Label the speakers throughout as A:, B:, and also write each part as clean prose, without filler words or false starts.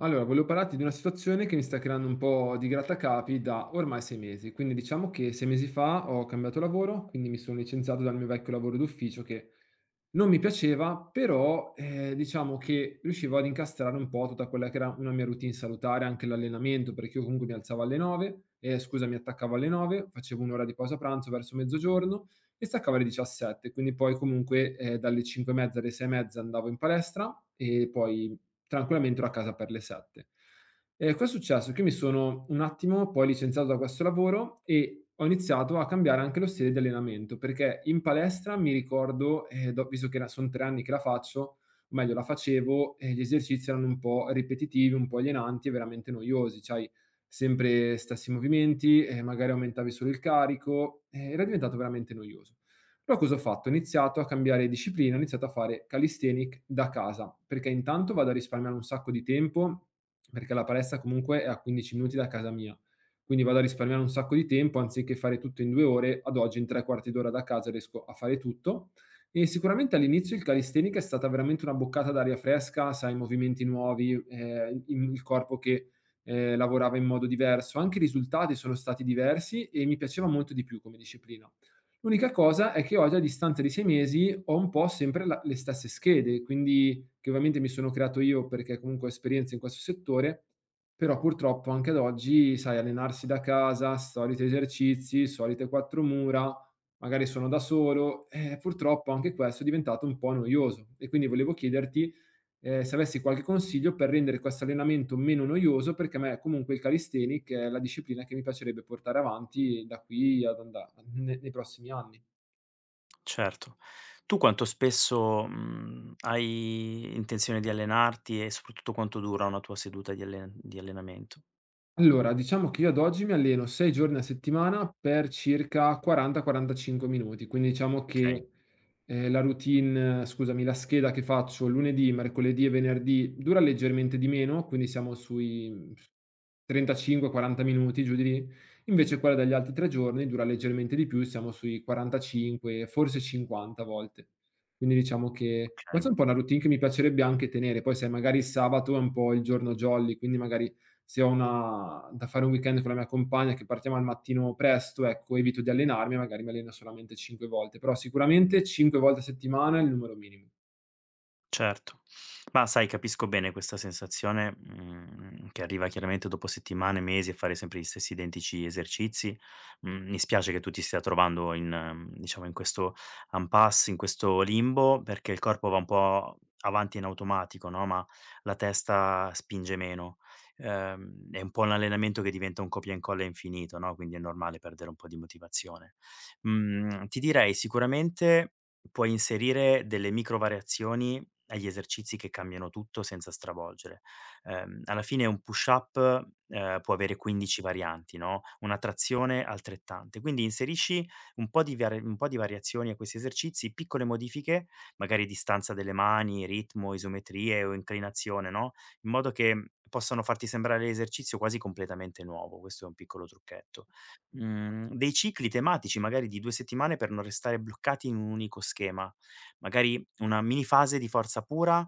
A: Allora, volevo parlarti di una situazione che mi sta creando un po' di grattacapi da ormai 6 mesi. Quindi diciamo che 6 mesi fa ho cambiato lavoro, quindi mi sono licenziato dal mio vecchio lavoro d'ufficio che non mi piaceva, però diciamo che riuscivo ad incastrare un po' tutta quella che era una mia routine salutare, anche l'allenamento, perché io comunque mi alzavo alle 9, scusa, mi attaccavo alle 9, facevo un'ora di pausa pranzo verso mezzogiorno e staccavo alle 17, quindi poi comunque dalle 5 e mezza alle 6 e mezza andavo in palestra e poi tranquillamente ero a casa per le 7. E cosa è successo? Che io mi sono un attimo poi licenziato da questo lavoro e ho iniziato a cambiare anche lo stile di allenamento, perché in palestra mi ricordo, visto che sono tre anni che la faccio, o meglio la facevo, gli esercizi erano un po' ripetitivi, un po' alienanti e veramente noiosi, c'hai sempre stessi movimenti, magari aumentavi solo il carico, era diventato veramente noioso. Però cosa ho fatto? Ho iniziato a cambiare disciplina, ho iniziato a fare calisthenic da casa, perché intanto vado a risparmiare un sacco di tempo, perché la palestra comunque è a 15 minuti da casa mia. Quindi vado a risparmiare un sacco di tempo, anziché fare tutto in 2 ore, ad oggi in 3 quarti d'ora da casa riesco a fare tutto. E sicuramente all'inizio il calisthenic è stata veramente una boccata d'aria fresca, sai, movimenti nuovi, il corpo che, lavorava in modo diverso. Anche i risultati sono stati diversi e mi piaceva molto di più come disciplina. L'unica cosa è che oggi a distanza di 6 mesi ho un po' sempre la le stesse schede, quindi che ovviamente mi sono creato io perché comunque ho esperienza in questo settore, però purtroppo anche ad oggi, sai, allenarsi da casa, soliti esercizi, solite quattro mura, magari sono da solo, purtroppo anche questo è diventato un po' noioso. E quindi volevo chiederti se avessi qualche consiglio per rendere questo allenamento meno noioso, perché a me comunque il calisthenic è la disciplina che mi piacerebbe portare avanti da qui ad anda ne nei prossimi anni.
B: Certo. Tu quanto spesso, mhmm, hai intenzione di allenarti e soprattutto quanto dura una tua seduta di allen di allenamento?
A: Allora, diciamo che io ad oggi mi alleno 6 giorni a settimana per circa 40, 45 minuti, quindi diciamo
B: Okay,
A: che, la routine scusami, la scheda che faccio lunedì, mercoledì e venerdì dura leggermente di meno, quindi siamo sui 35-40 minuti, giù di lì. Invece quella degli altri 3 giorni dura leggermente di più, siamo sui 45, forse 50 a volte. Quindi diciamo che questa
B: okay.
A: è un po' una routine che mi piacerebbe anche tenere. Poi sai, magari il sabato è un po' il giorno jolly, quindi magari se ho una da fare un weekend con la mia compagna che partiamo al mattino presto, ecco, evito di allenarmi, magari mi alleno solamente 5 volte, però sicuramente 5 volte a settimana è il numero minimo.
B: Certo. Ma sai, capisco bene questa sensazione, mhmm, che arriva chiaramente dopo settimane, mesi a fare sempre gli stessi identici esercizi. Mhmm, mi spiace che tu ti stia trovando in diciamo, in questo impasse, in questo limbo, perché il corpo va un po' avanti in automatico, no, ma la testa spinge meno. È un po' un allenamento che diventa un copia e incolla infinito, no, quindi è normale perdere un po' di motivazione. Mhmm, ti direi sicuramente puoi inserire delle micro variazioni agli esercizi che cambiano tutto senza stravolgere. Alla fine un push-up, può avere 15 varianti, no, una trazione altrettante. Quindi inserisci un po' di variazioni a questi esercizi, piccole modifiche, magari distanza delle mani, ritmo, isometrie o inclinazione, no, in modo che possano farti sembrare l'esercizio quasi completamente nuovo. Questo è un piccolo trucchetto. Mhmm, dei cicli tematici magari di 2 settimane per non restare bloccati in un unico schema. Magari una mini fase di forza pura,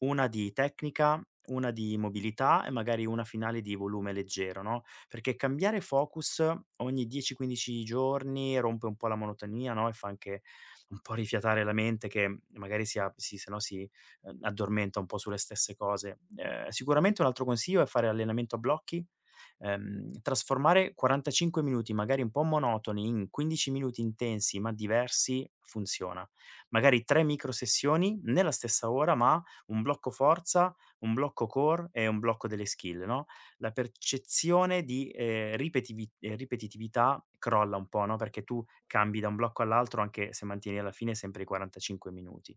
B: una di tecnica, una di mobilità e magari una finale di volume leggero, no, perché cambiare focus ogni 10, 15 giorni rompe un po' la monotonia, no, e fa anche un po' rifiatare la mente che magari si a si se no si, addormenta un po' sulle stesse cose. Sicuramente un altro consiglio è fare allenamento a blocchi, trasformare 45 minuti magari un po' monotoni in 15 minuti intensi ma diversi funziona. Magari 3 micro sessioni nella stessa ora ma un blocco forza, un blocco core e un blocco delle skill, no, la percezione di, ripetivi ripetitività crolla un po', no, perché tu cambi da un blocco all'altro anche se mantieni alla fine sempre i 45 minuti.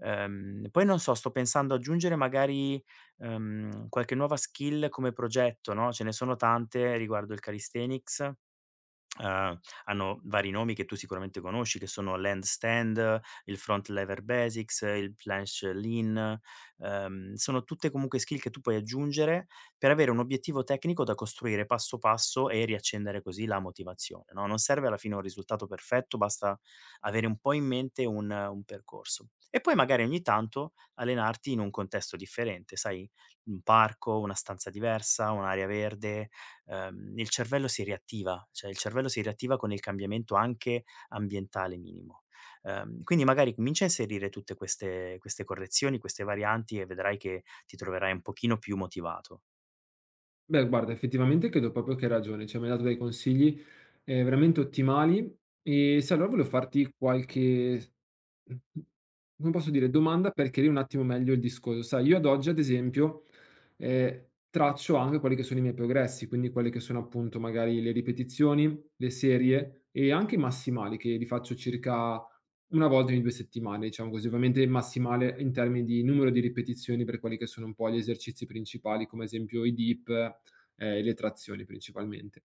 B: Poi non so, sto pensando aggiungere magari, qualche nuova skill come progetto, no, ce ne sono tante riguardo il calisthenics. Uhm, Hanno vari nomi che tu sicuramente conosci, che sono l'handstand, il front lever basics, il planche lean, sono tutte comunque skill che tu puoi aggiungere per avere un obiettivo tecnico da costruire passo passo e riaccendere così la motivazione, no, non serve alla fine un risultato perfetto, basta avere un po' in mente un percorso. E poi magari ogni tanto allenarti in un contesto differente, sai, un parco, una stanza diversa, un'area verde, il cervello si riattiva, cioè il cervello si riattiva con il cambiamento anche ambientale minimo. Quindi magari comincia a inserire tutte queste correzioni, queste varianti e vedrai che ti troverai un pochino più motivato.
A: Beh, guarda, effettivamente credo proprio che hai ragione, cioè mi hai dato dei consigli veramente ottimali e se allora volevo farti qualche, come posso dire, domanda per chiarire un attimo meglio il discorso. Sai, io ad oggi, ad esempio, traccio anche quelli che sono i miei progressi, quindi quelle che sono appunto magari le ripetizioni, le serie e anche i massimali che li faccio circa una volta ogni due settimane, diciamo così, ovviamente il massimale in termini di numero di ripetizioni per quelli che sono un po' gli esercizi principali, come ad esempio i dip le trazioni principalmente.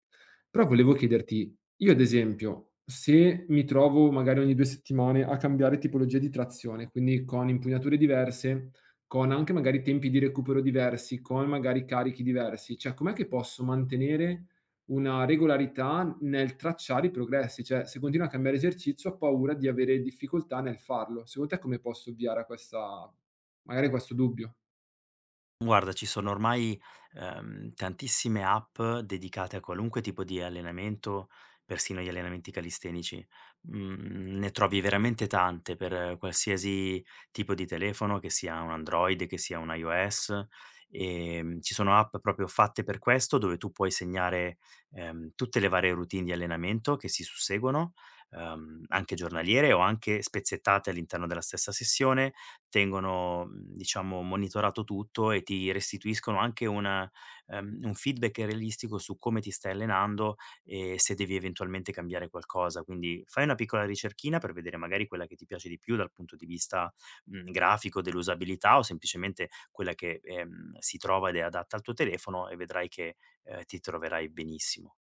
A: Però volevo chiederti, io ad esempio, se mi trovo magari ogni 2 settimane a cambiare tipologia di trazione, quindi con impugnature diverse, con anche magari tempi di recupero diversi, con magari carichi diversi, cioè com'è che posso mantenere una regolarità nel tracciare i progressi? Cioè, se continuo a cambiare esercizio ho paura di avere difficoltà nel farlo. Secondo te come posso ovviare a questa magari a questo dubbio?
B: Guarda, ci sono ormai, tantissime app dedicate a qualunque tipo di allenamento, persino gli allenamenti calistenici. Mhmm, ne trovi veramente tante per qualsiasi tipo di telefono, che sia un Android, che sia un iOS. Ci sono app proprio fatte per questo, dove tu puoi segnare, tutte le varie routine di allenamento che si susseguono, anche giornaliere o anche spezzettate all'interno della stessa sessione tengono, mhmm, diciamo monitorato tutto e ti restituiscono anche una un feedback realistico su come ti stai allenando e se devi eventualmente cambiare qualcosa. Quindi fai una piccola ricerchina per vedere magari quella che ti piace di più dal punto di vista, mhmm, grafico, dell'usabilità o semplicemente quella che, si trova ed è adatta al tuo telefono e vedrai che, ti troverai benissimo.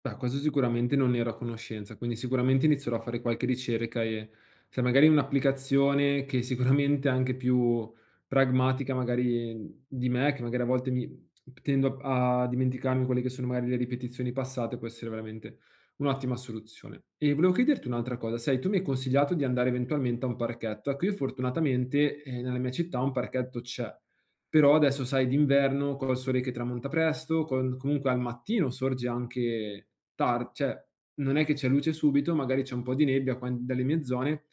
A: Beh, questo sicuramente non ne ero a conoscenza, quindi sicuramente inizierò a fare qualche ricerca e se magari un'applicazione che sicuramente è anche più pragmatica magari di me, che magari a volte mi tendo a dimenticarmi quelle che sono magari le ripetizioni passate, può essere veramente un'ottima soluzione. E volevo chiederti un'altra cosa, sai, tu mi hai consigliato di andare eventualmente a un parchetto. Ecco, io fortunatamente, nella mia città un parchetto c'è. Però adesso sai d'inverno col sole che tramonta presto, con comunque al mattino sorge anche tar cioè non è che c'è luce subito, magari c'è un po' di nebbia qua in dalle mie zone,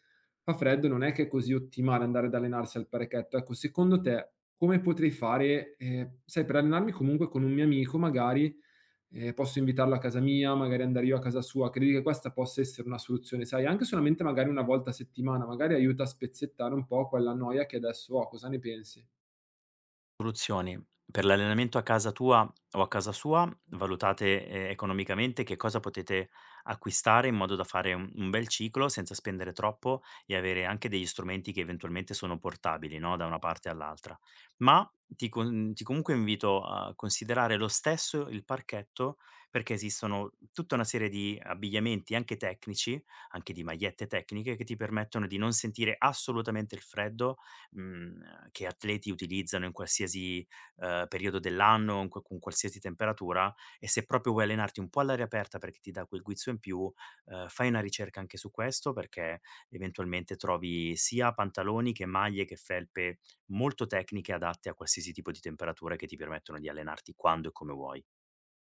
A: fa freddo, non è che è così ottimale andare ad allenarsi al parchetto. Ecco, secondo te come potrei fare, sai per allenarmi comunque con un mio amico magari, posso invitarlo a casa mia, magari andare io a casa sua, credi che questa possa essere una soluzione, sai, anche solamente magari 1 volta a settimana, magari aiuta a spezzettare un po' quella noia che adesso ho, cosa ne pensi?
B: Soluzioni per l'allenamento a casa tua o a casa sua, valutate, economicamente che cosa potete acquistare in modo da fare un bel ciclo senza spendere troppo e avere anche degli strumenti che eventualmente sono portabili, no, da una parte all'altra. Ma ti comunque invito a considerare lo stesso il parchetto, perché esistono tutta una serie di abbigliamenti anche tecnici, anche di magliette tecniche, che ti permettono di non sentire assolutamente il freddo, mhmm, che atleti utilizzano in qualsiasi, periodo dell'anno, in qua con qualsiasi temperatura e se proprio vuoi allenarti un po' all'aria aperta perché ti dà quel guizzo in più, fai una ricerca anche su questo perché eventualmente trovi sia pantaloni che maglie che felpe molto tecniche adatte a qualsiasi tipo di temperatura che ti permettono di allenarti quando e come vuoi.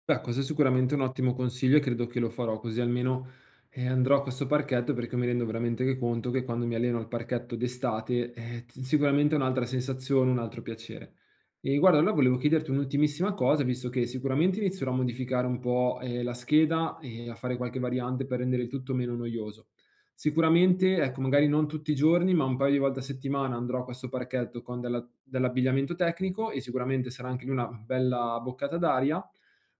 A: Beh, questo è sicuramente un ottimo consiglio e credo che lo farò, così almeno, andrò a questo parchetto perché mi rendo veramente che conto che quando mi alleno al parchetto d'estate, t sicuramente è un'altra sensazione, un altro piacere. E guarda, allora volevo chiederti un'ultimissima cosa, visto che sicuramente inizierò a modificare un po', la scheda e a fare qualche variante per rendere il tutto meno noioso. Sicuramente, ecco, magari non tutti i giorni, ma un paio di volte a settimana andrò a questo parchetto con della dell'abbigliamento tecnico e sicuramente sarà anche lì una bella boccata d'aria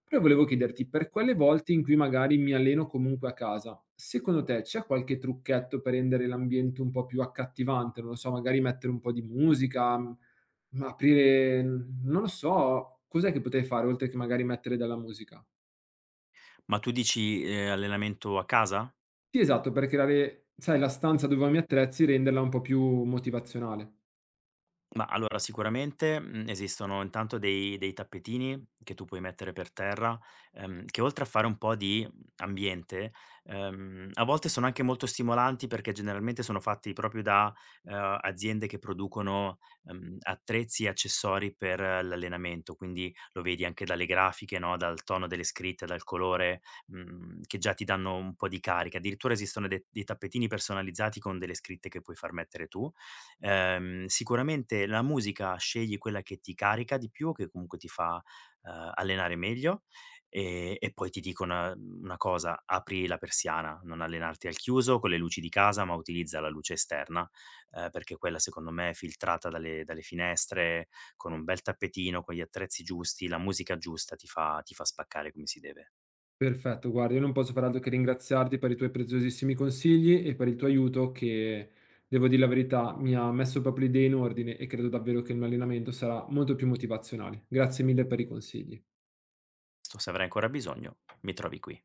A: però volevo chiederti, per quelle volte in cui magari mi alleno comunque a casa, secondo te c'è qualche trucchetto per rendere l'ambiente un po' più accattivante? Non lo so, magari mettere un po' di musica, aprire non lo so, cos'è che potrei fare oltre che magari mettere della musica?
B: Ma tu dici, allenamento a casa?
A: Sì, esatto, per creare, sai, la stanza dove ho i miei attrezzi renderla un po' più motivazionale.
B: Ma allora sicuramente, mhmm, esistono intanto dei tappetini che tu puoi mettere per terra, che oltre a fare un po' di ambiente, a volte sono anche molto stimolanti perché generalmente sono fatti proprio da, aziende che producono, attrezzi e accessori per l'allenamento, quindi lo vedi anche dalle grafiche, no, dal tono delle scritte, dal colore, mhmm, che già ti danno un po' di carica. Addirittura esistono de dei tappetini personalizzati con delle scritte che puoi far mettere tu. Sicuramente la musica scegli quella che ti carica di più, che comunque ti fa, allenare meglio, e poi ti dico una cosa: apri la persiana, non allenarti al chiuso con le luci di casa, ma utilizza la luce esterna, perché quella secondo me è filtrata dalle finestre, con un bel tappetino, con gli attrezzi giusti, la musica giusta ti fa spaccare come si deve.
A: Perfetto, guarda, io non posso far altro che ringraziarti per i tuoi preziosissimi consigli e per il tuo aiuto che, devo dire la verità, mi ha messo proprio le idee in ordine e credo davvero che il mio allenamento sarà molto più motivazionale. Grazie mille per i consigli.
B: Sto se avrai ancora bisogno, mi trovi qui.